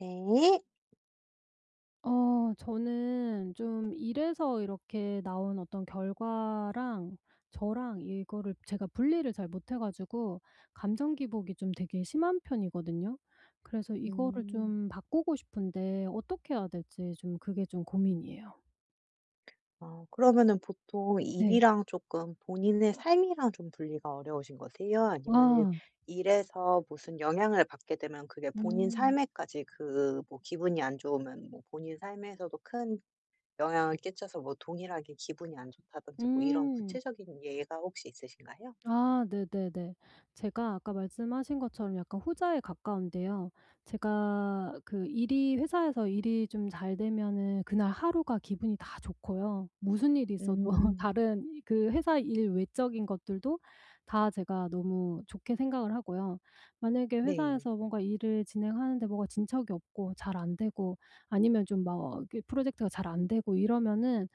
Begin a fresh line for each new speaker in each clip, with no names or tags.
네.
저는 좀 일에서 이렇게 나온 어떤 결과랑 저랑 이거를 제가 분리를 잘 못해 가지고 감정 기복이 좀 되게 심한 편이거든요. 그래서 이거를
음.
좀 바꾸고 싶은데 어떻게 해야 될지 좀 그게 좀 고민이에요.
그러면은 보통
네.
일이랑 조금 본인의 삶이랑 좀 분리가 어려우신 거세요? 아니면은
아.
일에서 무슨 영향을 받게 되면 그게 본인
음.
삶에까지 그 뭐 기분이 안 좋으면 뭐 본인 삶에서도 큰 영향을 끼쳐서 뭐 동일하게 기분이 안 좋다든지 뭐 이런
음.
구체적인 예가 혹시 있으신가요?
아 네네네. 제가 아까 말씀하신 것처럼 약간 후자에 가까운데요. 제가 그 일이 회사에서 일이 좀 잘 되면은 그날 하루가 기분이 다 좋고요. 무슨 일이 있어도
음.
다른 그 회사 일 외적인 것들도 다 제가 너무 좋게 생각을 하고요. 만약에
네.
회사에서 뭔가 일을 진행하는데 뭐가 진척이 없고 잘 안 되고 아니면 좀 막 프로젝트가 잘 안 되고 이러면은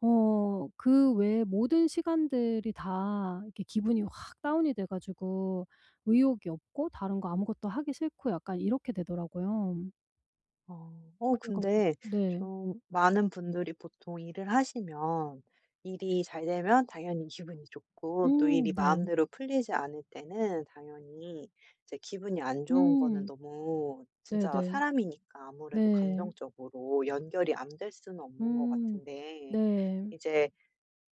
그 외에 모든 시간들이 다 이렇게 기분이 확 다운이 돼 가지고 의욕이 없고 다른 거 아무것도 하기 싫고 약간 이렇게 되더라고요.
어.
그래 가지고
근데
네.
좀 많은 분들이 보통 일을 하시면 일이 잘 되면 당연히 기분이 좋고 또 일이
네.
마음대로 풀리지 않을 때는 당연히 이제 기분이 안 좋은 거는
음
너무
네네.
진짜 사람이니까
네.
아무래도
네.
감정적으로 연결이 안 될 수는 없는 것
음.
같은데
네.
이제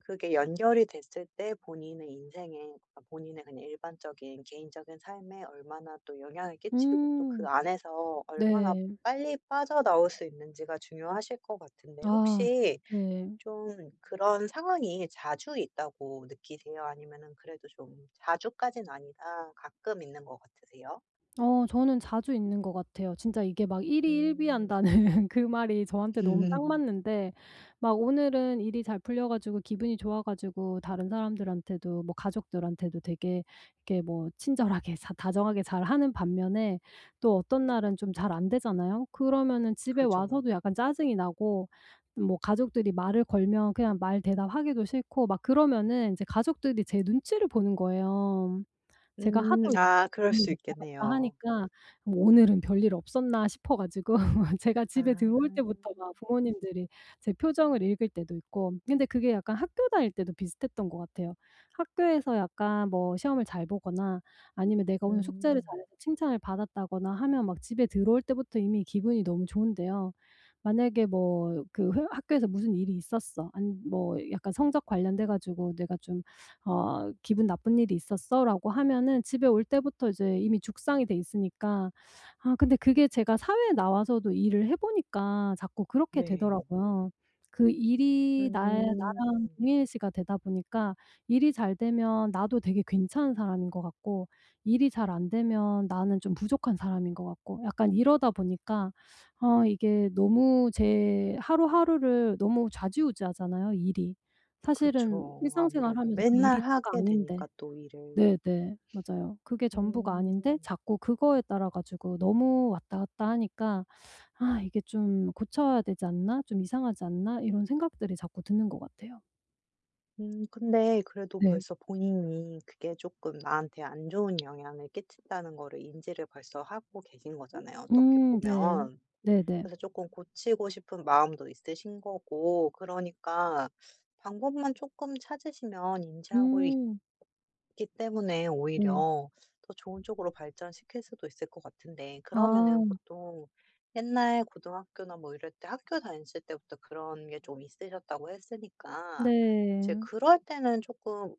그게 연결이 됐을 때 본인의 인생에 아 본인의 그냥 일반적인 개인적인 삶에 얼마나 또 영향을 끼치고 또 그
음.
안에서 얼마나
네.
빨리 빠져나올 수 있는지가 중요하실 것 같은데,
아
혹시
네.
좀 그런 상황이 자주 있다고 느끼세요? 아니면은 그래도 좀 자주까진 아니다 가끔 있는 것 같으세요?
저는 자주 있는 것 같아요. 진짜 이게 막
음.
일희일비한다는 그 말이 저한테 너무 딱 맞는데 막 오늘은 일이 잘 풀려 가지고 기분이 좋아 가지고 다른 사람들한테도 뭐 가족들한테도 되게 이렇게 뭐 친절하게 자 다정하게 잘하는 반면에 또 어떤 날은 좀 잘 안 되잖아요. 그러면은 집에
그죠.
와서도 약간 짜증이 나고 뭐 가족들이 말을 걸면 그냥 말 대답하기도 싫고 막 그러면은 이제 가족들이 제 눈치를 보는 거예요. 제가
음.
하도
아 그럴
몸
수
왔다 갔다
있겠네요.
하니까 '오늘은 별일 없었나.' 싶어 가지고 제가 집에 들어올
아.
때부터가 부모님들이 제 표정을 읽을 때도 있고 근데 그게 약간 학교 다닐 때도 비슷했던 것 같아요. 학교에서 약간 뭐 시험을 잘 보거나 아니면 내가 오늘 숙제를
음.
잘해서 칭찬을 받았다거나 하면 막 집에 들어올 때부터 이미 기분이 너무 좋은데요. 만약에 뭐 그 회 학교에서 무슨 일이 있었어. 아니 뭐 약간 성적 관련돼 가지고 내가 좀 "기분 나쁜 일이 있었어."라고 하면은 집에 올 때부터 이제 이미 죽상이 돼 있으니까 아 근데 그게 제가 사회에 나와서도 일을 해 보니까 자꾸 그렇게
네.
되더라고요. 그 일이 나의
음.
나랑 동일시가 되다 보니까 일이 잘 되면 나도 되게 괜찮은 사람인 것 같고 일이 잘 안 되면 나는 좀 부족한 사람인 것 같고 약간 이러다 보니까 이게 너무 제 하루하루를 너무 좌지우지하잖아요, 일이. 사실은
그쵸,
일상생활
아무래도
하면서 그
맨날
일이 다가
하게
아닌데
되니까 또 일을.
네네. 맞아요. 그게 전부가 아닌데
음.
자꾸 그거에 따라 가지고 너무 왔다 갔다 하니까 '아 이게 좀 고쳐야 되지 않나? 좀 이상하지 않나?' 이런 생각들이 자꾸 드는 것 같아요.
근데 그래도
네.
벌써 본인이 그게 조금 나한테 안 좋은 영향을 끼친다는 거를 인지를 벌써 하고 계신 거잖아요, 어떻게
네.
보면.
네네.
그래서 조금 고치고 싶은 마음도 있으신 거고, 그러니까 방법만 조금 찾으시면 인지하고 있
음
기 때문에
네.
오히려 더 좋은 쪽으로 발전시킬 수도 있을 것 같은데, 그러면은
아
보통 옛날 고등학교나 뭐 이럴 때 학교 다니실 때부터 그런 게 좀 있으셨다고 했으니까 이제
네.
그럴 때는 조금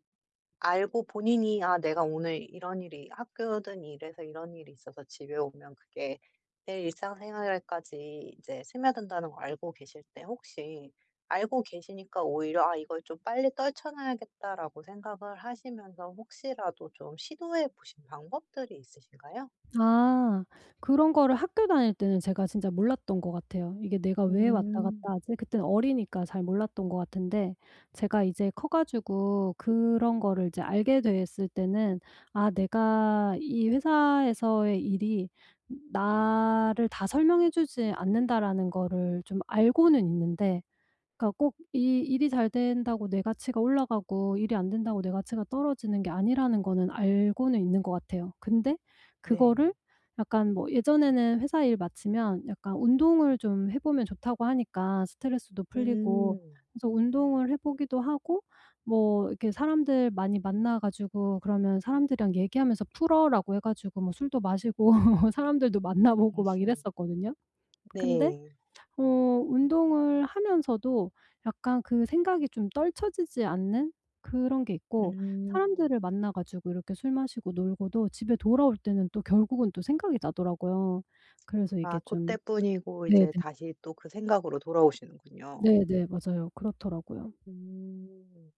알고 본인이 '아 내가 오늘 이런 일이 학교든 일에서 이런 일이 있어서 집에 오면 그게 내 일상생활까지 이제 스며든다는 걸 알고 계실 때, 혹시 알고 계시니까 오히려 '아 이걸 좀 빨리 떨쳐놔야겠다.'라고 생각을 하시면서 혹시라도 좀 시도해 보신 방법들이 있으신가요?
아. 그런 거를 학교 다닐 때는 제가 진짜 몰랐던 것 같아요. 이게 내가 왜 왔다 갔다
음.
하지? 그땐 어리니까 잘 몰랐던 것 같은데 제가 이제 커 가지고 그런 거를 이제 알게 됐을 때는 '아 내가 이 회사에서의 일이 나를 다 설명해 주지 않는다.'라는 거를 좀 알고는 있는데 그러니까 꼭 이 일이 잘 된다고 내 가치가 올라가고 일이 안 된다고 내 가치가 떨어지는 게 아니라는 거는 알고는 있는 것 같아요. 근데
네.
그거를 약간 뭐 예전에는 회사 일 마치면 약간 운동을 좀 해 보면 좋다고 하니까 스트레스도 풀리고
음.
그래서 운동을 해 보기도 하고 뭐 이렇게 사람들 많이 만나 가지고 그러면 사람들이랑 얘기하면서 "풀어."라고 해 가지고 뭐 술도 마시고 사람들도 만나 보고 막 이랬었거든요. 근데
네.
운동을 하면서도 약간 그 생각이 좀 떨쳐지지 않는 그런 게 있고
음.
사람들을 만나 가지고 이렇게 술 마시고 놀고도 집에 돌아올 때는 또 결국은 또 생각이 나더라고요. 그래서
아
이게
그때
좀
뿐이고
네네.
이제 다시 또 그 생각으로 돌아오시는군요.
네네. 맞아요. 그렇더라고요.
음.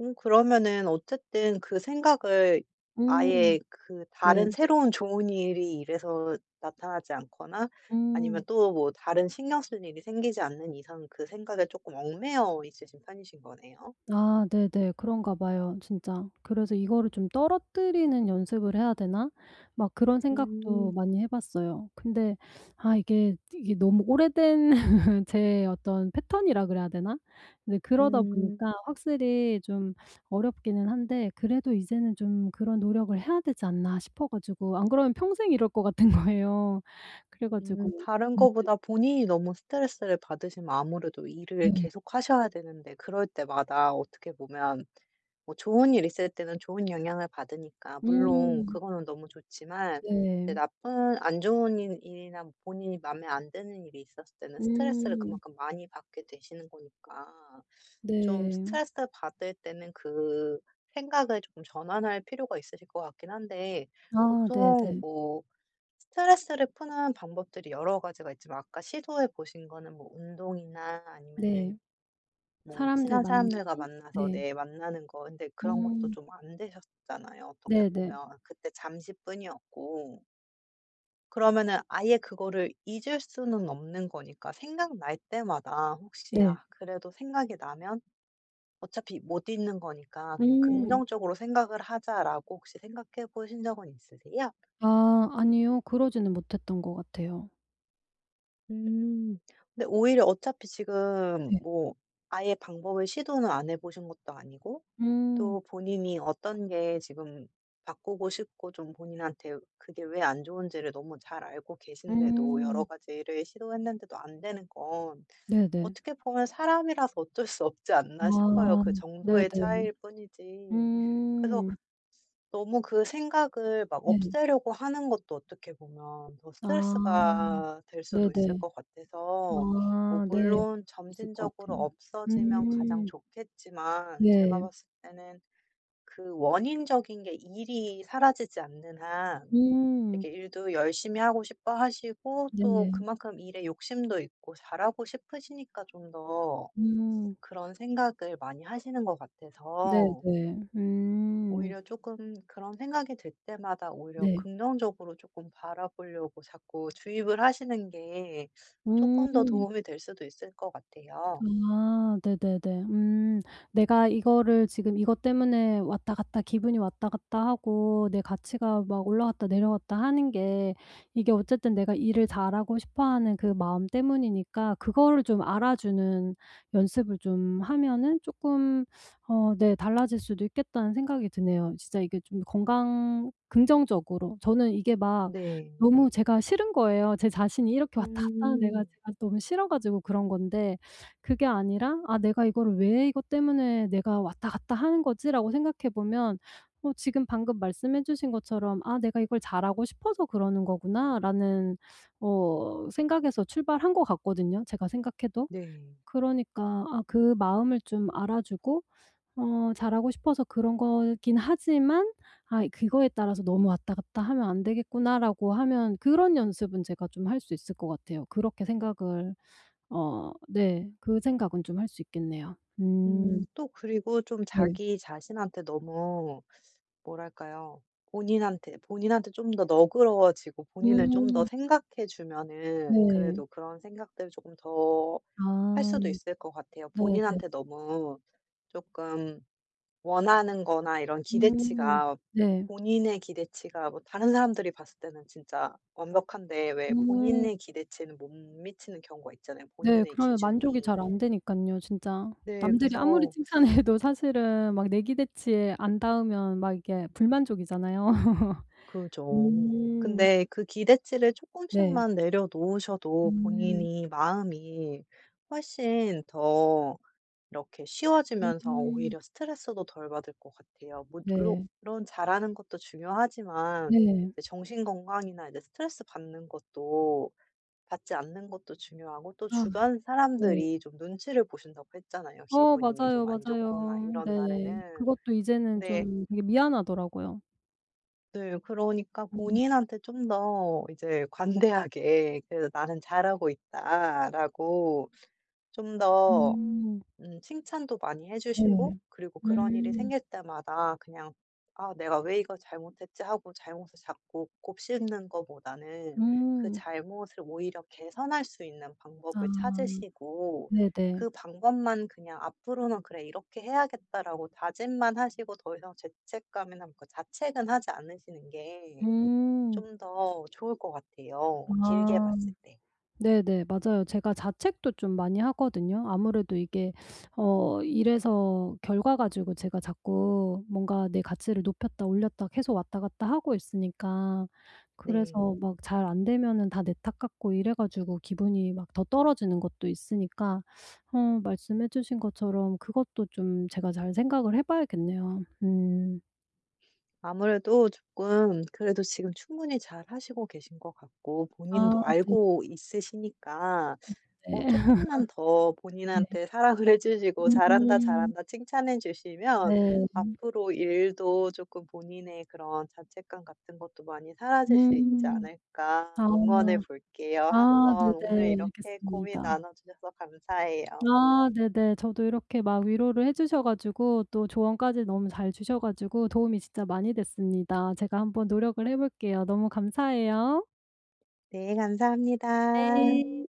그러면은 어쨌든 그 생각을
음.
아예 그
네.
다른 새로운 좋은 일이 일래서 나타나지 않거나 아니면
음.
또 뭐 다른 신경 쓸 일이 생기지 않는 이상 그 생각에 조금 얽매여 있으신 편이신 거네요?
아 네네. 그런가 봐요 진짜. 그래서 '이거를 좀 떨어뜨리는 연습을 해야 되나?' 막 그런 생각도
음.
많이 해 봤어요. 근데 아 이게 너무 오래된 제 어떤 패턴이라 그래야 되나? 근데 그러다 보니까
음.
확실히 좀 어렵기는 한데 그래도 이제는 좀 그런 노력을 해야 되지 않나 싶어 가지고 안 그러면 평생 이럴 것 같은 거예요. 그래 가지고
다른
네네
거보다 본인이 너무 스트레스를 받으시면 아무래도 일을
네.
계속 하셔야 되는데, 그럴 때마다 어떻게 보면 뭐 좋은 일 있을 때는 좋은 영향을 받으니까 물론
음.
그거는 너무 좋지만 이제
네.
나쁜 안 좋은 일 일이나 뭐 본인이 마음에 안 드는 일이 있었을 때는 스트레스를
음.
그만큼 많이 받게 되시는 거니까 좀
네.
스트레스 받을 때는 그 생각을 조금 전환할 필요가 있으실 것 같긴 한데,
아
보통
네네.
뭐 스트레스를 푸는 방법들이 여러 가지가 있지만 아까 시도해 보신 거는 뭐 운동이나 아니면은
네.
뭐
사람들
친한
만나기.
사람들과 만나서
네.
내 만나는 거, 근데 그런 것도
음.
좀 안 되셨잖아요. 어떻게
네네.
보면 그때 잠시뿐이었고. 그러면은 아예 그거를 잊을 수는 없는 거니까 생각날 때마다 혹시
네.
아 그래도 생각이 나면 어차피 못 잊는 거니까 그냥
음.
긍정적으로 생각을 하자라고 혹시 생각해 보신 적은 있으세요?
아 아니요. 그러지는 못했던 것 같아요.
음. 근데 오히려 어차피 지금
네.
뭐 아예 방법을 시도는 안 해 보신 것도 아니고
음.
또 본인이 어떤 게 지금 바꾸고 싶고 좀 본인한테 그게 왜 안 좋은지를 너무 잘 알고 계신데도 여러
음.
가지를 시도했는데도 안 되는 건
네네.
어떻게 보면 사람이라서 어쩔 수 없지 않나 싶어요.
아.
그 정도의
네네.
차이일 뿐이지. 그래서
음.
너무 그 생각을 막
네.
없애려고 하는 것도 어떻게 보면 더
아.
스트레스가 될 수도 있을
네네.
것 같아서, 뭐
아 네. 그럴
물론
수 있을 것
점진적으로
같아요.
없어지면 가장
음.
좋겠지만 제가
네.
봤을 때는 그 원인적인 게 일이 사라지지 않는 한,
음.
되게 일도 열심히 하고 싶어 하시고 또
네.
그만큼 일에 욕심도 있고 잘하고 싶으시니까 좀 더
음.
그런 생각을 많이 하시는 것 같아서
네네. 음.
오히려 조금 그런 생각이 들 때마다 오히려
네.
긍정적으로 조금 바라보려고 자꾸 주입을 하시는 게 조금 더
음.
도움이 될 수도 있을 것 같아요.
아 네네네. 음. '내가 이거를 지금 이것 때문에 왔다 갔다 기분이 왔다 갔다 하고 내 가치가 막 올라갔다 내려갔다 하는 게 이게 어쨌든 내가 일을 잘하고 싶어 하는 그 마음 때문이니까 그거를 좀 알아주는 연습을 좀 하면은 쪼끔 네 달라질 수도 있겠다.'는 생각이 드네요. 진짜 이게 좀 건강 긍정적으로. 저는 이게 막
네.
너무 제가 싫은 거예요. 제 자신이 이렇게 왔다 갔다 하는 내가
음.
제가 너무 싫어 가지고 그런 건데 그게 아니라 '아 내가 이거를 왜 이것 때문에 내가 왔다 갔다 하는 거지?'라고 생각해 보면 지금 방금 말씀해 주신 것처럼 '아 내가 이걸 잘하고 싶어서 그러는 거구나.'라는 생각에서 출발한 것 같거든요, 제가 생각해도.
네.
그러니까 아 그 마음을 좀 알아주고 잘하고 싶어서 그런 거긴 하지만 '아 그거에 따라서 너무 왔다 갔다 하면 안 되겠구나.'라고 하면 그런 연습은 제가 좀 할 수 있을 것 같아요. 그렇게 생각을 네. 그 생각은 좀 할 수 있겠네요.
또 그리고 좀
네.
자기 자신한테 너무 뭐랄까요? 본인한테, 본인한테 좀 더 너그러워지고 본인을 좀 더
음
생각해 주면은
네.
그래도 그런 생각들을 조금 더 할
아
수도 있을 것 같아요.
네네.
본인한테 너무 조금 원하는 거나 이런
음
기대치가
네.
본인의 기대치가 뭐 다른 사람들이 봤을 때는 진짜 완벽한데 왜
음
본인의 기대치에는 못 미치는 경우가 있잖아요,
네.
본인의
그러면 만족이
기준이.
잘 안 되니깐요 진짜.
네
남들이 아무리
그래서
칭찬해도 사실은 막 내 기대치에 안 닿으면 막 이게 불만족이잖아요.
그죠.
음
근데 그 기대치를 조금씩
네.
만 내려놓으셔도
음.
본인이 마음이 훨씬 더 이렇게 쉬워지면서
음
오히려 스트레스도 덜 받을 것 같아요. 물론
네.
물론 잘하는 것도 중요하지만
네.
이제 정신 건강이나 이제 스트레스 받는 것도 받지 않는 것도 중요하고, 또
아
주변
네.
사람들이 좀 눈치를 보신다고 했잖아요, 기분이
맞아요,
좀 안
맞아요.
좋거나 이런
네.
날에는.
그것도 이제는
근데
좀 되게 미안하더라고요.
네 그러니까
음.
본인한테 좀 더 이제 관대하게, '그래서 나는 잘하고 있다.'라고 좀더
음.
칭찬도 많이 해 주시고,
네.
그리고 그런 일이
음.
생길 때마다 그냥 '아 내가 왜 이걸 잘못했지.' 하고 잘못을 자꾸 곱씹는 거보다는 그
음.
잘못을 오히려 개선할 수 있는
아.
방법을 찾으시고
네네.
그 방법만 그냥 '앞으로는 그래 이렇게 해야겠다.'라고 다짐만 하시고 더 이상 죄책감이나 뭐 그 자책은 하지 않으시는 게
음.
좀 더 좋을 것 같아요, 길게
아.
봤을 때.
네네. 맞아요. 제가 자책도 좀 많이 하거든요. 아무래도 이게 일에서 결과 가지고 제가 자꾸 뭔가 내 가치를 높였다 올렸다 계속 왔다 갔다 하고 있으니까
네.
그래서 막 잘 안 되면은 다 내 탓 같고 이래 가지고 기분이 막 더 떨어지는 것도 있으니까 말씀해 주신 것처럼 그것도 좀 제가 잘 생각을 해 봐야겠네요. 음.
아무래도 조금 그래도 지금 충분히 잘 하시고 계신 것 같고
아
본인도
네네.
알고 있으시니까 어 금만 더
네.
본인한테 사랑을 해 주시고 "잘한다,
음.
잘한다." 칭찬해 주시면
네.
앞으로 일도 조금 본인의 그런 자책감 같은 것도 많이 사라질 수 있지
음. 아.
않을까 응원해 볼게요.
아
한번 오늘
네네.
이렇게 고민
알겠습니다.
나눠 주셔서 감사해요.
아 네네. 저도 이렇게 막 위로를 해 주셔 가지고 또 조언까지 너무 잘 주셔 가지고 도움이 진짜 많이 됐습니다. 제가 한번 노력을 해 볼게요. 너무 감사해요.
네, 감사합니다.
네.